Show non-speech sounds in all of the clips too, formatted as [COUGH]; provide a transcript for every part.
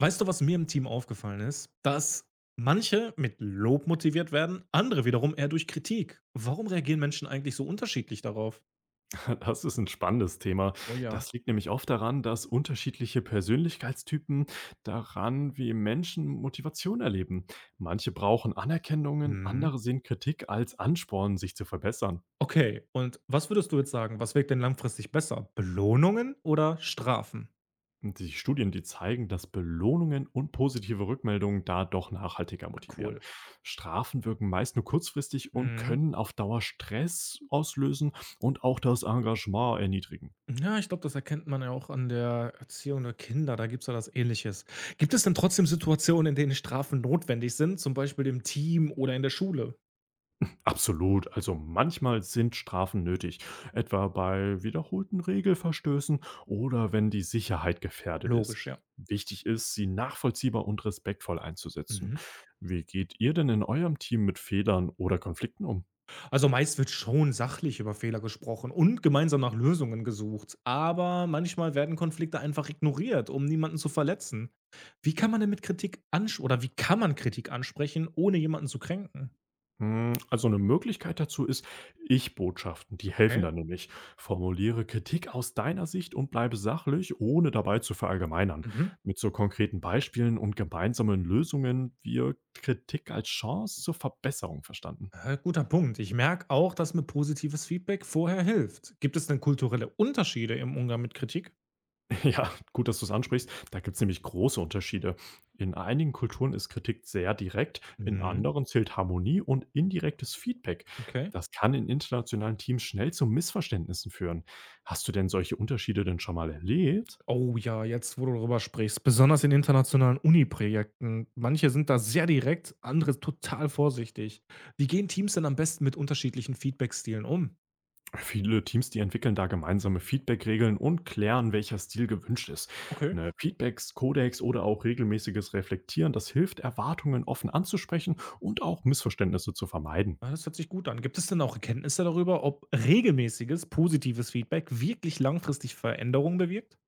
Weißt du, was mir im Team aufgefallen ist? Dass manche mit Lob motiviert werden, andere wiederum eher durch Kritik. Warum reagieren Menschen eigentlich so unterschiedlich darauf? Das ist ein spannendes Thema. Oh ja. Das liegt nämlich oft daran, dass unterschiedliche Persönlichkeitstypen daran, wie Menschen Motivation erleben. Manche brauchen Anerkennungen, Mhm. andere sehen Kritik als Ansporn, sich zu verbessern. Okay, und was würdest du jetzt sagen? Was wirkt denn langfristig besser? Belohnungen oder Strafen? Und die Studien, die zeigen, dass Belohnungen und positive Rückmeldungen da doch nachhaltiger Ah, motivieren. cool. Strafen wirken meist nur kurzfristig und Mhm. können auf Dauer Stress auslösen und auch das Engagement erniedrigen. Ja, ich glaube, das erkennt man ja auch an der Erziehung der Kinder. Da gibt es ja das Ähnliches. Gibt es denn trotzdem Situationen, in denen Strafen notwendig sind? Zum Beispiel im Team oder in der Schule? Absolut. Also manchmal sind Strafen nötig, etwa bei wiederholten Regelverstößen oder wenn die Sicherheit gefährdet ist. Logisch, ja. Wichtig ist, sie nachvollziehbar und respektvoll einzusetzen. Mhm. Wie geht ihr denn in eurem Team mit Fehlern oder Konflikten um? Also meist wird schon sachlich über Fehler gesprochen und gemeinsam nach Lösungen gesucht, aber manchmal werden Konflikte einfach ignoriert, um niemanden zu verletzen. Wie kann man denn mit Kritik ansch Oder wie kann man Kritik ansprechen, ohne jemanden zu kränken? Hm, also eine Möglichkeit dazu ist Ich-Botschaften, die helfen Okay. dann nämlich. Formuliere Kritik aus deiner Sicht und bleibe sachlich, ohne dabei zu verallgemeinern. Mhm. Mit so konkreten Beispielen und gemeinsamen Lösungen wird Kritik als Chance zur Verbesserung verstanden. Guter Punkt. Ich merke auch, dass mir positives Feedback vorher hilft. Gibt es denn kulturelle Unterschiede im Umgang mit Kritik? [LAUGHS] Ja, gut, dass du es ansprichst. Da gibt es nämlich große Unterschiede. In einigen Kulturen ist Kritik sehr direkt, in Mhm. anderen zählt Harmonie und indirektes Feedback. Okay. Das kann in internationalen Teams schnell zu Missverständnissen führen. Hast du denn solche Unterschiede denn schon mal erlebt? Oh ja, jetzt, wo du darüber sprichst, besonders in internationalen Uni-Projekten. Manche sind da sehr direkt, andere total vorsichtig. Wie gehen Teams denn am besten mit unterschiedlichen Feedback-Stilen um? Viele Teams, die entwickeln da gemeinsame Feedback-Regeln und klären, welcher Stil gewünscht ist. Okay, Eine Feedbacks, Codex oder auch regelmäßiges Reflektieren, das hilft, Erwartungen offen anzusprechen und auch Missverständnisse zu vermeiden. ja, das hört sich gut an. Gibt es denn auch Erkenntnisse darüber, ob regelmäßiges, positives Feedback wirklich langfristig Veränderungen bewirkt?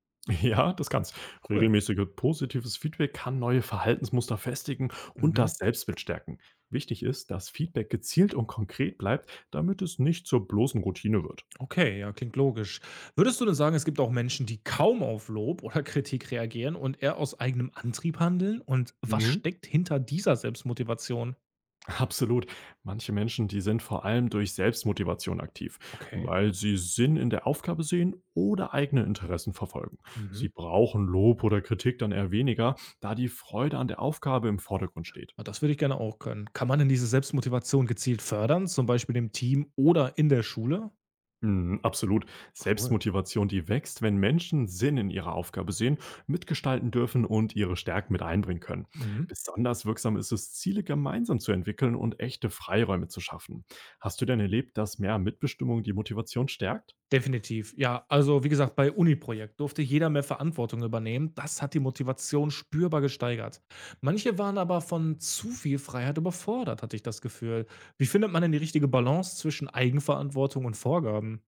Ja, das kann's. Cool. Regelmäßige positives Feedback kann neue Verhaltensmuster festigen und Mhm. das Selbstbild stärken. Wichtig ist, dass Feedback gezielt und konkret bleibt, damit es nicht zur bloßen Routine wird. Okay, ja, klingt logisch. Würdest du denn sagen, es gibt auch Menschen, die kaum auf Lob oder Kritik reagieren und eher aus eigenem Antrieb handeln? Und was Mhm. steckt hinter dieser Selbstmotivation? Absolut. Manche Menschen, die sind vor allem durch Selbstmotivation aktiv, Okay. weil sie Sinn in der Aufgabe sehen oder eigene Interessen verfolgen. Mhm. Sie brauchen Lob oder Kritik dann eher weniger, da die Freude an der Aufgabe im Vordergrund steht. Ah, das würde ich gerne auch können. Kann man denn diese Selbstmotivation gezielt fördern, zum Beispiel im Team oder in der Schule? Mhm, absolut. Cool. Selbstmotivation, die wächst, wenn Menschen Sinn in ihrer Aufgabe sehen, mitgestalten dürfen und ihre Stärken mit einbringen können. Mhm. Besonders wirksam ist es, Ziele gemeinsam zu entwickeln und echte Freiräume zu schaffen. Hast du denn erlebt, dass mehr Mitbestimmung die Motivation stärkt? Definitiv. Ja, also wie gesagt, bei Uni-Projekt durfte jeder mehr Verantwortung übernehmen. Das hat die Motivation spürbar gesteigert. Manche waren aber von zu viel Freiheit überfordert, hatte ich das Gefühl. Wie findet man denn die richtige Balance zwischen Eigenverantwortung und Vorgaben?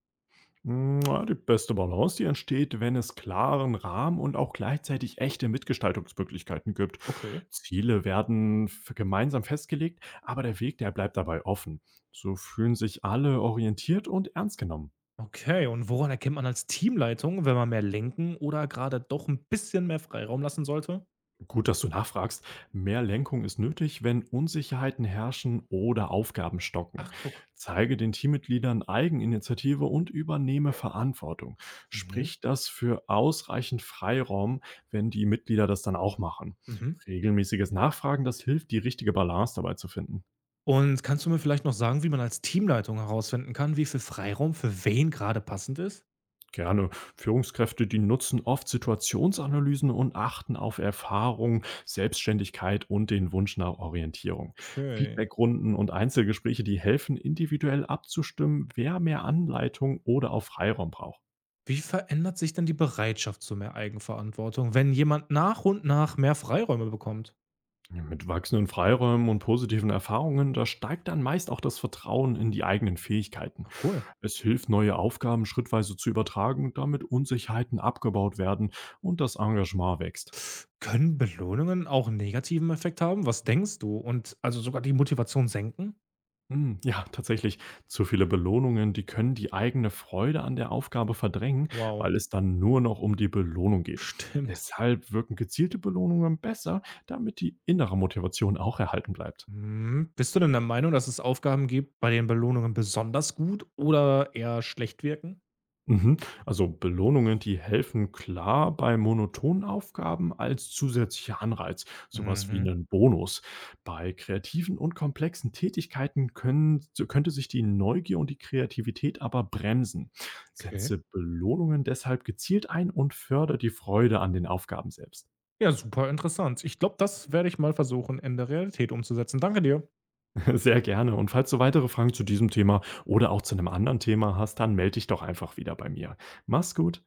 Na, die beste Balance, die entsteht, wenn es klaren Rahmen und auch gleichzeitig echte Mitgestaltungsmöglichkeiten gibt. Okay. Ziele werden gemeinsam festgelegt, aber der Weg, der bleibt dabei offen. So fühlen sich alle orientiert und ernst genommen. Okay, und woran erkennt man als Teamleitung, wenn man mehr lenken oder gerade doch ein bisschen mehr Freiraum lassen sollte? Gut, dass du nachfragst. Mehr Lenkung ist nötig, wenn Unsicherheiten herrschen oder Aufgaben stocken. Ach, guck. Zeige den Teammitgliedern Eigeninitiative und übernehme Verantwortung. Mhm. Sprich das für ausreichend Freiraum, wenn die Mitglieder das dann auch machen. Mhm. Regelmäßiges Nachfragen, das hilft, die richtige Balance dabei zu finden. Und kannst du mir vielleicht noch sagen, wie man als Teamleitung herausfinden kann, wie viel Freiraum für wen gerade passend ist? Gerne. Führungskräfte, die nutzen oft Situationsanalysen und achten auf Erfahrung, Selbstständigkeit und den Wunsch nach Orientierung. Okay. Feedbackrunden und Einzelgespräche, die helfen, individuell abzustimmen, wer mehr Anleitung oder auch Freiraum braucht. Wie verändert sich denn die Bereitschaft zu mehr Eigenverantwortung, wenn jemand nach und nach mehr Freiräume bekommt? Ja, mit wachsenden Freiräumen und positiven Erfahrungen, da steigt dann meist auch das Vertrauen in die eigenen Fähigkeiten. Ah, cool. Es hilft, neue Aufgaben schrittweise zu übertragen, damit Unsicherheiten abgebaut werden und das Engagement wächst. Können Belohnungen auch einen negativen Effekt haben? Was denkst du? Und also sogar die Motivation senken? Hm, ja, tatsächlich. Zu viele Belohnungen, die können die eigene Freude an der Aufgabe verdrängen, Wow. weil es dann nur noch um die Belohnung geht. Stimmt. Deshalb wirken gezielte Belohnungen besser, damit die innere Motivation auch erhalten bleibt. Hm, bist du denn der Meinung, dass es Aufgaben gibt, bei denen Belohnungen besonders gut oder eher schlecht wirken? Mhm. Also Belohnungen, die helfen klar bei monotonen Aufgaben als zusätzlicher Anreiz, sowas wie Mhm. einen Bonus. Bei kreativen und komplexen Tätigkeiten können, so könnte sich die Neugier und die Kreativität aber bremsen. Okay. Setze Belohnungen deshalb gezielt ein und fördere die Freude an den Aufgaben selbst. Ja, super interessant. Ich glaube, das werde ich mal versuchen, in der Realität umzusetzen. Danke dir. [LAUGHS] Sehr gerne. Und falls du weitere Fragen zu diesem Thema oder auch zu einem anderen Thema hast, dann melde dich doch einfach wieder bei mir. Mach's gut.